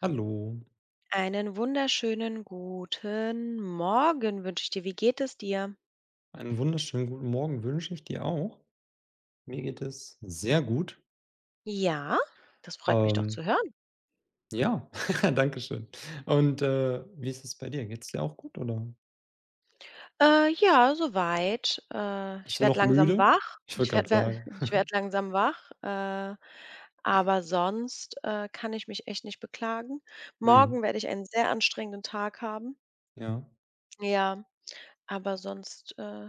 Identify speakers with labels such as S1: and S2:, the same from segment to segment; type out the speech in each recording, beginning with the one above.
S1: Hallo,
S2: Einen wunderschönen guten Morgen wünsche ich dir. Wie geht es dir?
S1: einen wunderschönen guten Morgen wünsche ich dir auch. Mir geht es sehr gut.
S2: Ja, das freut mich doch zu
S1: Ähm,
S2: hören.
S1: ja, danke schön. Und, wie ist es bei dir? Geht's dir auch gut, oder
S2: Ja, soweit. Ich
S1: bist du
S2: werde
S1: noch
S2: langsam
S1: müde?
S2: wach.
S1: Ich
S2: Ich
S1: wollte gerade
S2: werde
S1: sagen.
S2: Ich werde langsam wach, aber sonst, kann ich mich echt nicht beklagen.
S1: Mhm,
S2: Morgen werde ich einen sehr anstrengenden Tag haben.
S1: ja.
S2: Ja, aber sonst,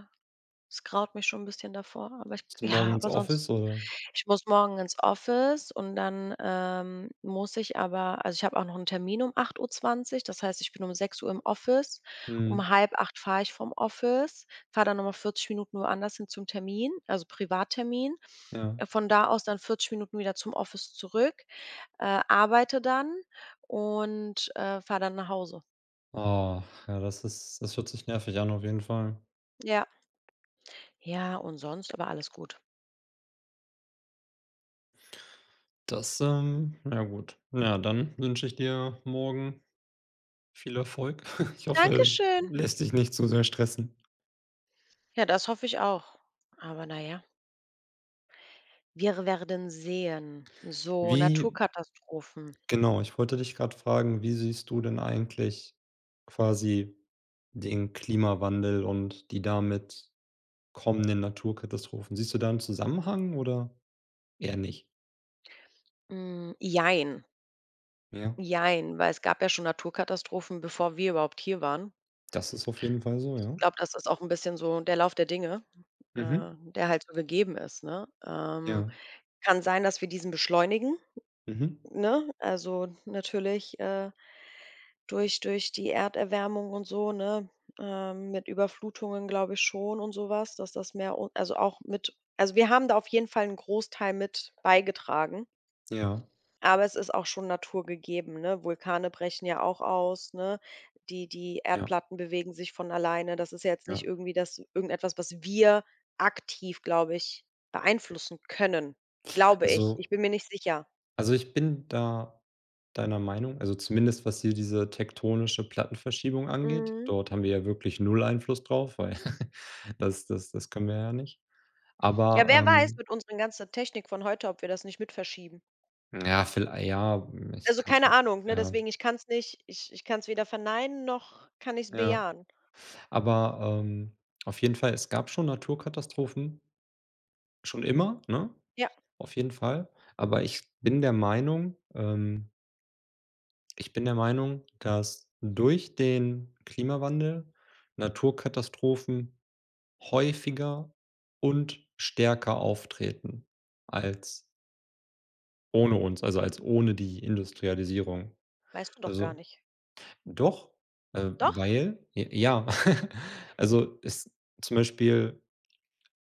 S2: es graut mich schon 'n bisschen davor, aber ich
S1: Bist du morgen
S2: ja,
S1: ins
S2: aber sonst
S1: Office, oder?
S2: ich muss morgen ins Office und dann, muss ich aber also, ich habe auch noch 'n Termin um 8:20. Das heißt, ich bin um 6 Uhr im Office.
S1: Mhm,
S2: Um halb acht fahre ich vom Office, fahre dann noch mal 40 Minuten woanders hin zum Termin, also Privattermin.
S1: ja.
S2: Von da aus dann 40 Minuten wieder zum Office zurück, arbeite dann und, fahre dann nach Hause.
S1: Ah, ja, das hört sich nervig an auf jeden Fall.
S2: Ja. Ja, und sonst aber alles gut.
S1: Na gut. Ja, dann wünsche ich dir morgen viel Erfolg. Ich hoffe, es
S2: Dankeschön.
S1: lässt dich nicht zu sehr stressen.
S2: Ja, das hoffe ich auch. Aber naja, wir werden sehen. So,
S1: Wie
S2: Naturkatastrophen.
S1: Genau, ich wollte dich gerade fragen, wie siehst du denn eigentlich quasi den Klimawandel und die damit kommenden Naturkatastrophen? Siehst du da einen Zusammenhang oder eher nicht?
S2: Hm, jein,
S1: Ja,
S2: jein, weil es gab ja schon Naturkatastrophen, bevor wir überhaupt hier waren.
S1: das ist auf jeden Fall so,
S2: Ich
S1: ja.
S2: glaube, das ist auch ein bisschen so der Lauf der Dinge,
S1: Mhm.
S2: der halt so gegeben ist, ne?
S1: Ja.
S2: Kann sein, dass wir diesen beschleunigen,
S1: Mhm.
S2: ne? Also, natürlich, durch die Erderwärmung und so, ne, mit Überflutungen, glaube ich schon und sowas dass das Meer un also auch mit also wir haben da auf jeden Fall einen Großteil mit beigetragen,
S1: Ja,
S2: aber es ist auch schon naturgegeben, ne? Vulkane brechen ja auch aus, ne? Die
S1: ja,
S2: Erdplatten bewegen sich von alleine. Das ist ja jetzt nicht
S1: ja.
S2: irgendwie das irgendetwas, was wir aktiv, glaube ich, beeinflussen können, glaube ich.
S1: Also
S2: Ich bin mir nicht sicher.
S1: also, ich bin da deiner Meinung, also zumindest was hier diese tektonische Plattenverschiebung angeht.
S2: Mhm.
S1: Dort haben wir ja wirklich null Einfluss drauf, weil das können wir ja nicht.
S2: Ja,
S1: Aber,
S2: wer weiß
S1: ähm
S2: mit unserer ganzen Technik von heute, ob wir das nicht mit verschieben.
S1: Ja, viellei ja, ich
S2: Also,
S1: kann's
S2: keine
S1: mir,
S2: Ahnung, ne?
S1: ja,
S2: Deswegen, ich kann es nicht ich kann es weder verneinen noch kann ich es
S1: ja.
S2: bejahen.
S1: Aber, auf jeden Fall, es gab schon Naturkatastrophen, schon immer, ne?
S2: Ja,
S1: Auf jeden Fall. Aber ich bin der Meinung, dass durch den Klimawandel Naturkatastrophen häufiger und stärker auftreten als ohne uns, also als ohne die Industrialisierung.
S2: weißt du doch gar
S1: Also,
S2: nicht.
S1: doch,
S2: Doch?
S1: weil j ja. Also, es zum Beispiel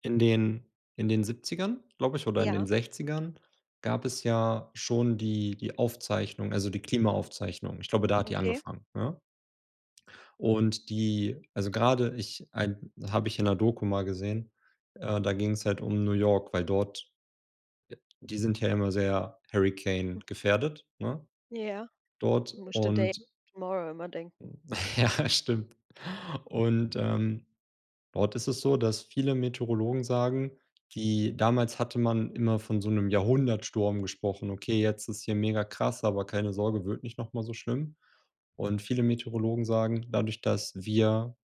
S1: in den in den 70ern, glaube ich, oder in den
S2: Ja,
S1: 60ern, gab es ja schon die Aufzeichnung, also die Klimaaufzeichnung. Ich glaube, da hat die
S2: okay.
S1: angefangen, ne? Und die also grade ich ein habe ich in 'ner Doku mal gesehen, da ging's halt um New York, weil dort die sind ja immer sehr Hurricane gefährdet, ne,
S2: Ja.
S1: dort
S2: You wish today
S1: und
S2: tomorrow immer denken.
S1: ja, stimmt. Und, ähm Dort ist es so, dass viele Meteorologen sagen, die damals hatte man immer von so 'nem Jahrhundertsturm gesprochen. Okay, jetzt ist hier mega krass, aber keine Sorge, wird nicht noch mal so schlimm. Und viele Meteorologen sagen, dadurch, dass wir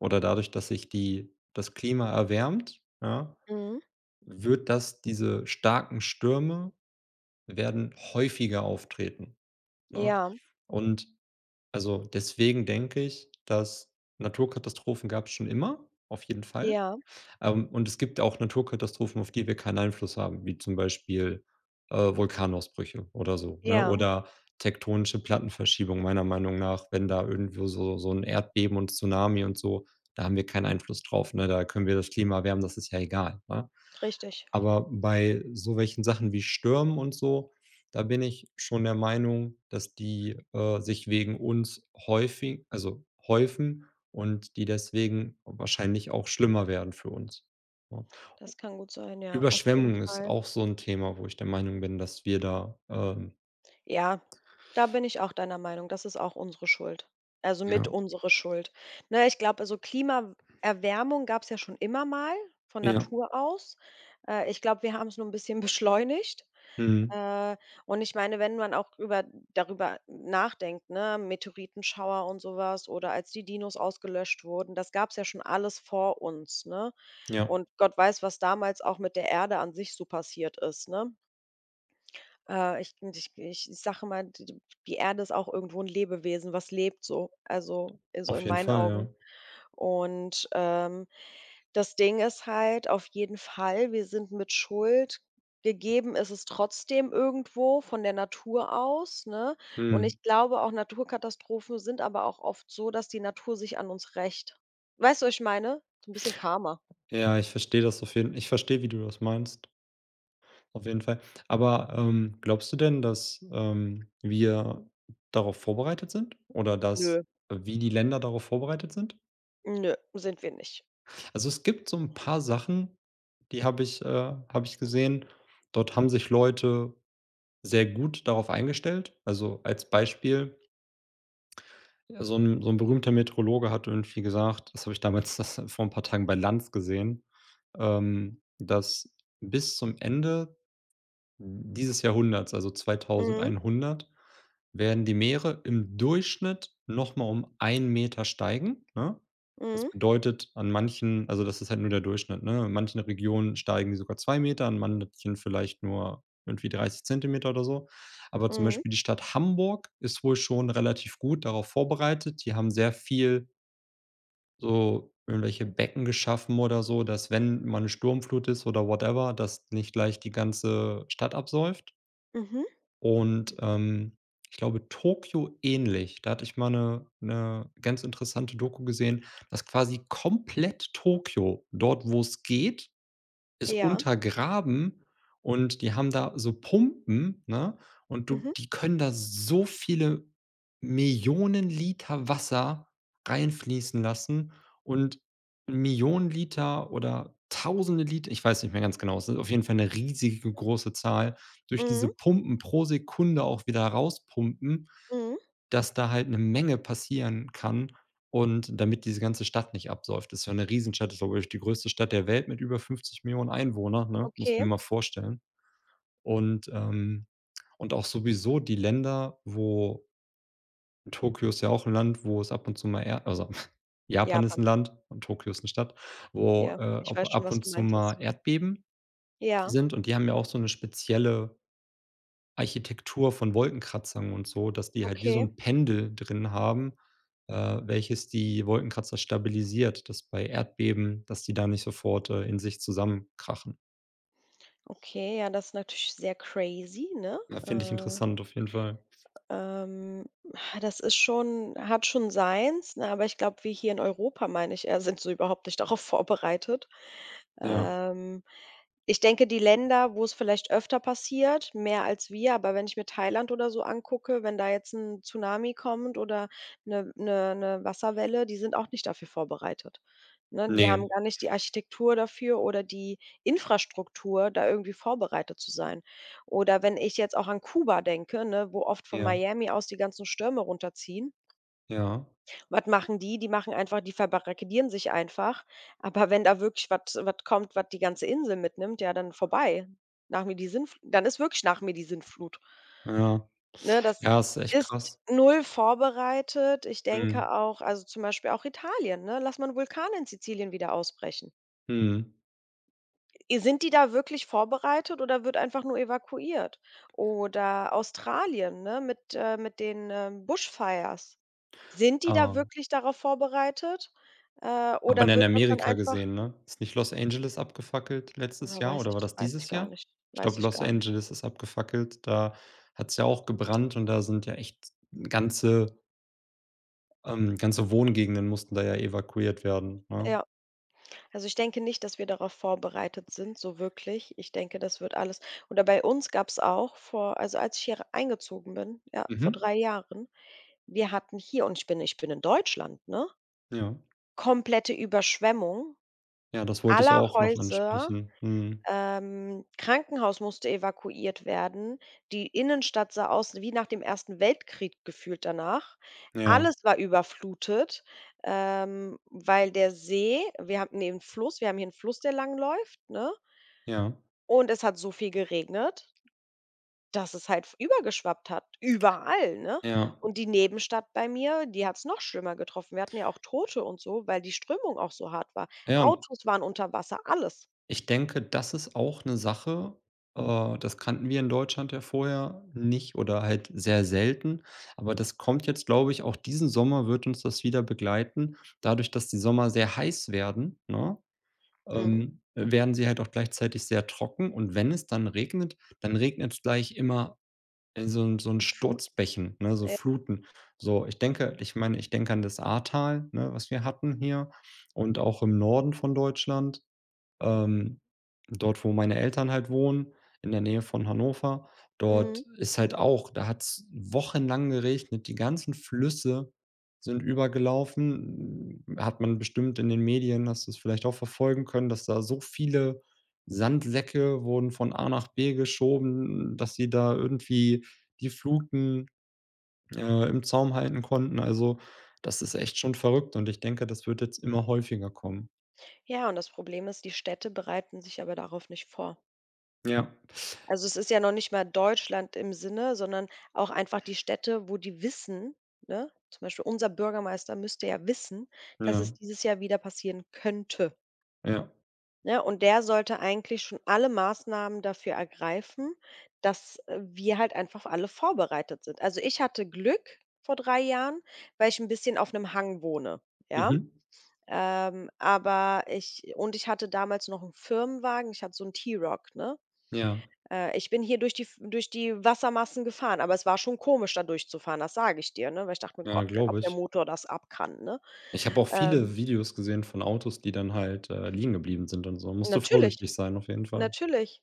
S1: oder dadurch, dass sich die das Klima erwärmt, ja,
S2: Mhm.
S1: wird das diese starken Stürme werden häufiger auftreten, ne?
S2: Ja,
S1: Und also, deswegen denke ich, dass Naturkatastrophen gab's schon immer, auf jeden Fall.
S2: ja,
S1: Und es gibt auch Naturkatastrophen, auf die wir keinen Einfluss haben, wie zum Beispiel, Vulkanausbrüche oder so, ne?
S2: ja,
S1: Oder tektonische Plattenverschiebung meiner Meinung nach, wenn da irgendwo so ein Erdbeben und Tsunami und so, da haben wir keinen Einfluss drauf, ne? Da können wir das Klima erwärmen, das ist ja egal, ne?
S2: richtig.
S1: Aber bei so welchen Sachen wie Stürmen und so, da bin ich schon der Meinung, dass die, sich wegen uns häufig also häufen und die deswegen wahrscheinlich auch schlimmer werden für uns. Ja.
S2: Das kann gut sein, ja, auf jeden
S1: Überschwemmung ist
S2: Fall.
S1: auch so 'n Thema, wo ich der Meinung bin, dass wir da,
S2: Ja, da bin ich auch deiner Meinung. Das ist auch unsere Schuld. Also, mit
S1: ja,
S2: unsere Schuld. Ne, ich glaube, also, Klimaerwärmung gab es ja schon immer mal von
S1: ja,
S2: Natur aus. Ich glaube, wir haben es nur ein bisschen beschleunigt.
S1: mhm,
S2: Äh, und ich meine, wenn man auch über darüber nachdenkt, ne, Meteoritenschauer und sowas oder als die Dinos ausgelöscht wurden, das gab es ja schon alles vor uns, ne?
S1: ja,
S2: Und Gott weiß, was damals auch mit der Erde an sich so passiert ist, ne? Ich sage mal, d die Erde ist auch irgendwo ein Lebewesen, was lebt so, also, so
S1: auf
S2: in
S1: jeden
S2: meinen
S1: Fall,
S2: Augen.
S1: ja.
S2: Und, das Ding ist halt auf jeden Fall, wir sind mit Schuld gegeben ist es trotzdem irgendwo von der Natur aus, ne? Und
S1: Mhm.
S2: ich glaube auch, Naturkatastrophen sind aber auch oft so, dass die Natur sich an uns rächt. Weißt du, was ich meine? So ein bisschen Karma.
S1: Ja, ich verstehe, wie du das meinst, auf jeden Fall. Aber, glaubst du denn, dass, wir darauf vorbereitet sind oder
S2: Nö,
S1: dass wie die Länder darauf vorbereitet sind?
S2: nö, sind wir nicht.
S1: Also, es gibt so 'n paar Sachen, die habe ich gesehen. Dort haben sich Leute sehr gut darauf eingestellt. Also, als Beispiel, ja, so ein berühmter Meteorologe hat irgendwie gesagt, das habe ich damals das vor ein paar Tagen bei Lanz gesehen, dass bis zum Ende dieses Jahrhunderts, also
S2: Mhm,
S1: 2100, werden die Meere im Durchschnitt nochmal um 1 Meter steigen, ne? Das
S2: mhm,
S1: bedeutet an manchen, das ist halt nur der Durchschnitt, ne? In manchen Regionen steigen die sogar 2 Meter, an manchen vielleicht nur irgendwie 30 Zentimeter oder so. Aber zum
S2: mhm,
S1: Beispiel die Stadt Hamburg ist wohl schon relativ gut darauf vorbereitet. Die haben sehr viel so irgendwelche Becken geschaffen oder so, dass, wenn mal 'ne Sturmflut ist oder whatever, dass nicht gleich die ganze Stadt absäuft.
S2: mhm,
S1: Und, ich glaube, Tokio ähnlich. Da hatte ich mal eine 'ne ganz interessante Doku gesehen, dass quasi komplett Tokio, dort, wo es geht, ist
S2: ja,
S1: untergraben und die haben da so Pumpen, ne? Und du
S2: mhm.
S1: die können da so viele Millionen Liter Wasser reinfließen lassen und Millionen Liter oder Tausende Liter, ich weiß nicht mehr ganz genau, es ist auf jeden Fall eine riesige große Zahl, durch
S2: Mhm,
S1: diese Pumpen pro Sekunde auch wieder rauspumpen,
S2: mhm,
S1: dass da halt 'ne Menge passieren kann und damit diese ganze Stadt nicht absäuft. Ist ja 'ne Riesenstadt, ist, glaube ich, die größte Stadt der Welt mit über 50 Millionen Einwohnern, ne? Musst du
S2: okay.
S1: dir mal vorstellen. Und, ähm und auch sowieso die Länder, wo Tokio ist ja auch 'n Land, wo es ab und zu mal Erd also, Japan ist 'n
S2: Japan,
S1: Land und Tokio ist 'ne Stadt, wo,
S2: ja. Ich
S1: ab
S2: weiß schon,
S1: ab
S2: was
S1: und
S2: du
S1: zu mal
S2: meintest.
S1: Erdbeben
S2: Ja,
S1: sind und die haben ja auch so 'ne spezielle Architektur von Wolkenkratzern und so, dass die halt wie so
S2: okay.
S1: 'n Pendel drin haben, welches die Wolkenkratzer stabilisiert, dass bei Erdbeben dass die da nicht sofort, in sich zusammenkrachen.
S2: Okay, ja, das ist natürlich sehr crazy, ne?
S1: Ja, finde ich
S2: Äh
S1: interessant auf jeden Fall.
S2: Ähm, Das ist schon hat schon seins, ne, aber ich glaube, wir hier in Europa, meine ich eher, sind so überhaupt nicht darauf vorbereitet.
S1: Ja.
S2: Ähm, Ich denke, die Länder, wo es vielleicht öfter passiert, mehr als wir, aber wenn ich mir Thailand oder so angucke, wenn da jetzt ein Tsunami kommt oder eine Wasserwelle, die sind auch nicht dafür vorbereitet, ne?
S1: Ne,
S2: Die haben gar nicht die Architektur dafür oder die Infrastruktur, da irgendwie vorbereitet zu sein. Oder wenn ich jetzt auch an Kuba denke, ne, wo oft von
S1: ja,
S2: Miami aus die ganzen Stürme runterziehen.
S1: ja,
S2: Was machen die? Die machen einfach die verbarrikadieren sich einfach. Aber wenn da wirklich was kommt, was die ganze Insel mitnimmt, ja, dann vorbei. Nach mir die Sinnfl Dann ist wirklich nach mir die Sinnflut.
S1: ja.
S2: Ne, das
S1: Ja, ist echt
S2: ist
S1: krass.
S2: null vorbereitet. Ich denke
S1: Mhm,
S2: auch also, zum Beispiel auch Italien, ne? Lass mal 'n Vulkan in Sizilien wieder ausbrechen.
S1: mhm.
S2: Sind die da wirklich vorbereitet oder wird einfach nur evakuiert? Oder Australien, ne, mit den, Bushfires. Sind die da
S1: Ah.
S2: wirklich darauf vorbereitet?
S1: Hat man
S2: Oder
S1: ja in
S2: wird das dann
S1: Amerika
S2: einfach
S1: gesehen, ne? Ist nicht Los Angeles abgefackelt letztes
S2: ja,
S1: Jahr
S2: weiß
S1: oder war
S2: ich
S1: das
S2: weiß ich
S1: dieses
S2: gar
S1: Jahr?
S2: nicht
S1: Ich
S2: weiß
S1: glaube,
S2: ich
S1: Los
S2: gar nicht.
S1: Angeles ist abgefackelt. Da hat es ja auch gebrannt und da sind ja echt ganze ganze Wohngegenden mussten da ja evakuiert werden, ne?
S2: Ja, also, ich denke nicht, dass wir darauf vorbereitet sind, so wirklich. Ich denke, das wird alles oder bei uns gab's auch vor also, als ich hier eingezogen bin, ja, vor
S1: Mhm.
S2: 3 Jahren, wir hatten hier und ich bin in Deutschland, ne,
S1: Ja.
S2: komplette Überschwemmung
S1: Ja, das wollte ich
S2: aller
S1: auch noch
S2: Häuser,
S1: ansprechen. Mhm.
S2: Krankenhaus musste evakuiert werden. Die Innenstadt sah aus wie nach dem Ersten Weltkrieg gefühlt danach.
S1: Ja,
S2: Alles war überflutet, weil der See wir hatten 'nen Fluss wir haben hier einen Fluss, der lang läuft, ne?
S1: ja,
S2: Und es hat so viel geregnet, dass es halt übergeschwappt hat, überall, ne?
S1: ja,
S2: Und die Nebenstadt bei mir, die hat es noch schlimmer getroffen. Wir hatten ja auch Tote und so, weil die Strömung auch so hart war.
S1: ja.
S2: Autos waren unter Wasser, alles.
S1: Ich denke, das ist auch eine Sache, das kannten wir in Deutschland ja vorher nicht oder halt sehr selten, aber das kommt jetzt, glaube ich, auch diesen Sommer wird uns das wieder begleiten. Dadurch, dass die Sommer sehr heiß werden, ne,
S2: Mhm.
S1: werden sie halt auch gleichzeitig sehr trocken und wenn es dann regnet es gleich immer in so 'n Sturzbächen, ne, so
S2: Ja,
S1: Fluten. So, ich denke an das Ahrtal, ne, was wir hatten hier und auch im Norden von Deutschland, ähm, dort, wo meine Eltern halt wohnen, in der Nähe von Hannover.
S2: mhm.
S1: Dort ist halt auch Da hat es wochenlang geregnet. Die ganzen Flüsse sind übergelaufen. Hm, hat man bestimmt in den Medien hast du's vielleicht auch verfolgen können, dass da so viele Sandsäcke wurden von A nach B geschoben dass sie da irgendwie die Fluten, im Zaum halten konnten. Also, das ist echt schon verrückt und ich denke, das wird jetzt immer häufiger kommen.
S2: Ja, und das Problem ist, die Städte bereiten sich aber darauf nicht vor.
S1: Ja,
S2: Also, es ist ja noch nicht mal Deutschland im Sinne, sondern auch einfach die Städte, wo die wissen, ne? Zum Beispiel unser Bürgermeister müsste ja wissen, dass es
S1: ja,
S2: dieses Jahr wieder passieren könnte,
S1: ja.
S2: ne? Und der sollte eigentlich schon alle Maßnahmen dafür ergreifen, dass, wir halt einfach alle vorbereitet sind. Also, ich hatte Glück vor 3 Jahren, weil ich ein bisschen auf einem Hang wohne, ja?
S1: Mhm.
S2: Aber ich und ich hatte damals noch einen Firmenwagen. Ich hatte so einen T-Roc, ne?
S1: Ja,
S2: Ich bin hier durch die Wassermassen gefahren, aber es war schon komisch, da durchzufahren, das sage ich dir, ne? Weil ich dachte mir:
S1: ja,
S2: „Gott, ob
S1: glaube
S2: der
S1: ich.
S2: Motor das ab kann", ne?
S1: Ich habe auch
S2: Ähm,
S1: viele Videos gesehen von Autos, die dann halt, liegen geblieben sind und so. Musst du
S2: Natürlich,
S1: vorsichtig sein auf jeden Fall.
S2: natürlich.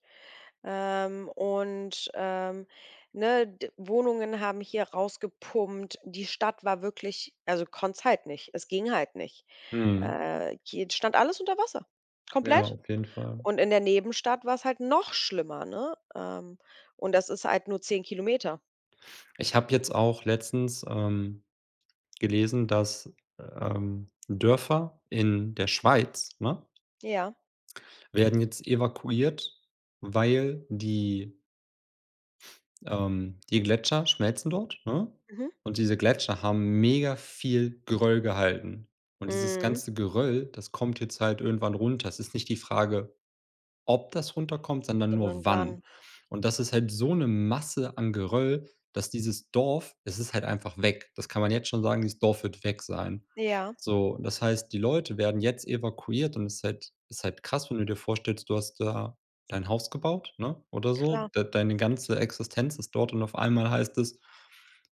S2: Und, ne, d Wohnungen haben hier rausgepumpt. Die Stadt war wirklich also, konntest halt nicht. Es ging halt nicht.
S1: Mhm.
S2: Hier stand alles unter Wasser,
S1: Ja,
S2: komplett.
S1: auf jeden Fall.
S2: Und in der Nebenstadt war es halt noch schlimmer, ne? Und das ist halt nur 10 Kilometer.
S1: Ich habe jetzt auch letztens, gelesen, dass, Dörfer in der Schweiz, ne,
S2: Ja.
S1: werden jetzt evakuiert weil die Gletscher schmelzen dort, ne?
S2: Mhm.
S1: Und diese Gletscher haben mega viel Geröll gehalten. Und dieses
S2: Mhm.
S1: ganze Geröll, das kommt jetzt halt irgendwann runter. Es ist nicht die Frage, ob das runterkommt, sondern nur
S2: Sondern waren
S1: wann. Und das ist halt so eine Masse an Geröll, dass dieses Dorf, es ist halt einfach weg. Das kann man jetzt schon sagen, dieses Dorf wird weg sein.
S2: ja,
S1: So, das heißt, die Leute werden jetzt evakuiert und es ist halt krass, wenn du dir vorstellst, du hast da dein Haus gebaut, ne, oder so.
S2: klar,
S1: De Deine ganze Existenz ist dort und auf einmal heißt es: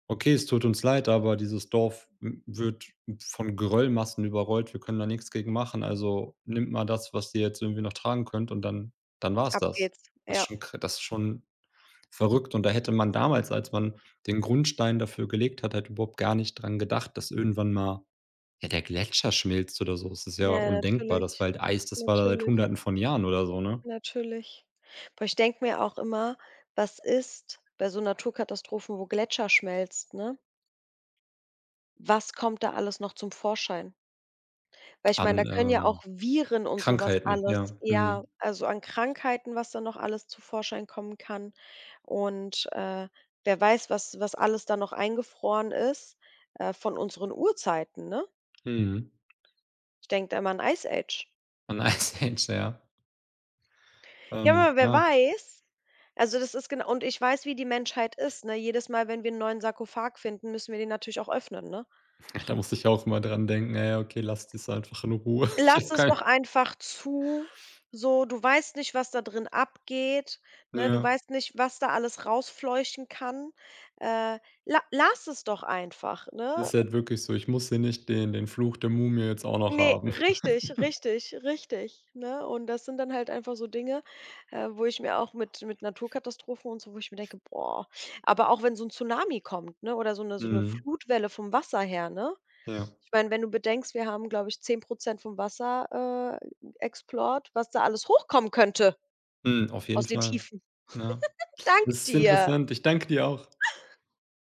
S1: „Okay, es tut uns leid, aber dieses Dorf w wird von Geröllmassen überrollt. Wir können da nichts gegen machen. Also, nimmt mal das, was ihr jetzt irgendwie noch tragen könnt, und dann war es
S2: ab
S1: das.“
S2: geht's.
S1: Das ist
S2: Ja.
S1: schon kr Das ist schon verrückt und da hätte man damals, als man den Grundstein dafür gelegt hat, halt überhaupt gar nicht dran gedacht, dass irgendwann mal, ja, der Gletscher schmilzt oder so. Es ist ja
S2: Ja,
S1: undenkbar.
S2: natürlich,
S1: Das war halt Eis, das war da seit
S2: natürlich,
S1: Hunderten von Jahren oder so, ne?
S2: natürlich. Aber ich denke mir auch immer: „Was ist bei so Naturkatastrophen, wo Gletscher schmelzt, ne? Was kommt da alles noch zum Vorschein?" Weil ich meine, da
S1: An,
S2: können ja auch Viren und sowas
S1: Krankheiten,
S2: alles
S1: ja.
S2: ja,
S1: Mhm.
S2: also an Krankheiten, was da noch alles zu Vorschein kommen kann. Und, wer weiß, was alles da noch eingefroren ist, von unseren Urzeiten, ne?
S1: Mhm.
S2: Ich denke da immer an Ice Age.
S1: An Ice Age, ja.
S2: Ja, aber wer
S1: Ja.
S2: weiß also, das ist genau und ich weiß, wie die Menschheit ist, ne? Jedes Mal, wenn wir einen neuen Sarkophag finden, müssen wir den natürlich auch öffnen, ne?
S1: Da musste ich auch immer dran denken: „Ja, ja, okay, lasst es einfach in Ruhe.“ Ich
S2: Lass
S1: habe
S2: es
S1: kein
S2: doch einfach zu, so, du weißt nicht, was da drin abgeht, ne? Du
S1: Ja,
S2: weißt nicht, was da alles rausfleuchen kann. Äh, la Lass es doch einfach, ne?
S1: ist halt wirklich so. Ich muss hier nicht den Fluch der Mumie jetzt auch noch
S2: Nee,
S1: haben.
S2: richtig, richtig, richtig, ne? Und das sind dann halt einfach so Dinge, wo ich mir auch mit Naturkatastrophen und so, wo ich mir denke: „Boah", aber auch wenn so ein Tsunami kommt, ne, oder so eine
S1: Mhm,
S2: Flutwelle vom Wasser her, ne?
S1: ja.
S2: Ich meine, wenn du bedenkst, wir haben, glaube ich, 10% vom Wasser Export, was da alles hochkommen könnte
S1: Mhm, auf
S2: aus
S1: jeden
S2: den
S1: Fall.
S2: Tiefen.
S1: Ja.
S2: Dank
S1: Es ist
S2: dir.
S1: interessant. Ich danke dir auch.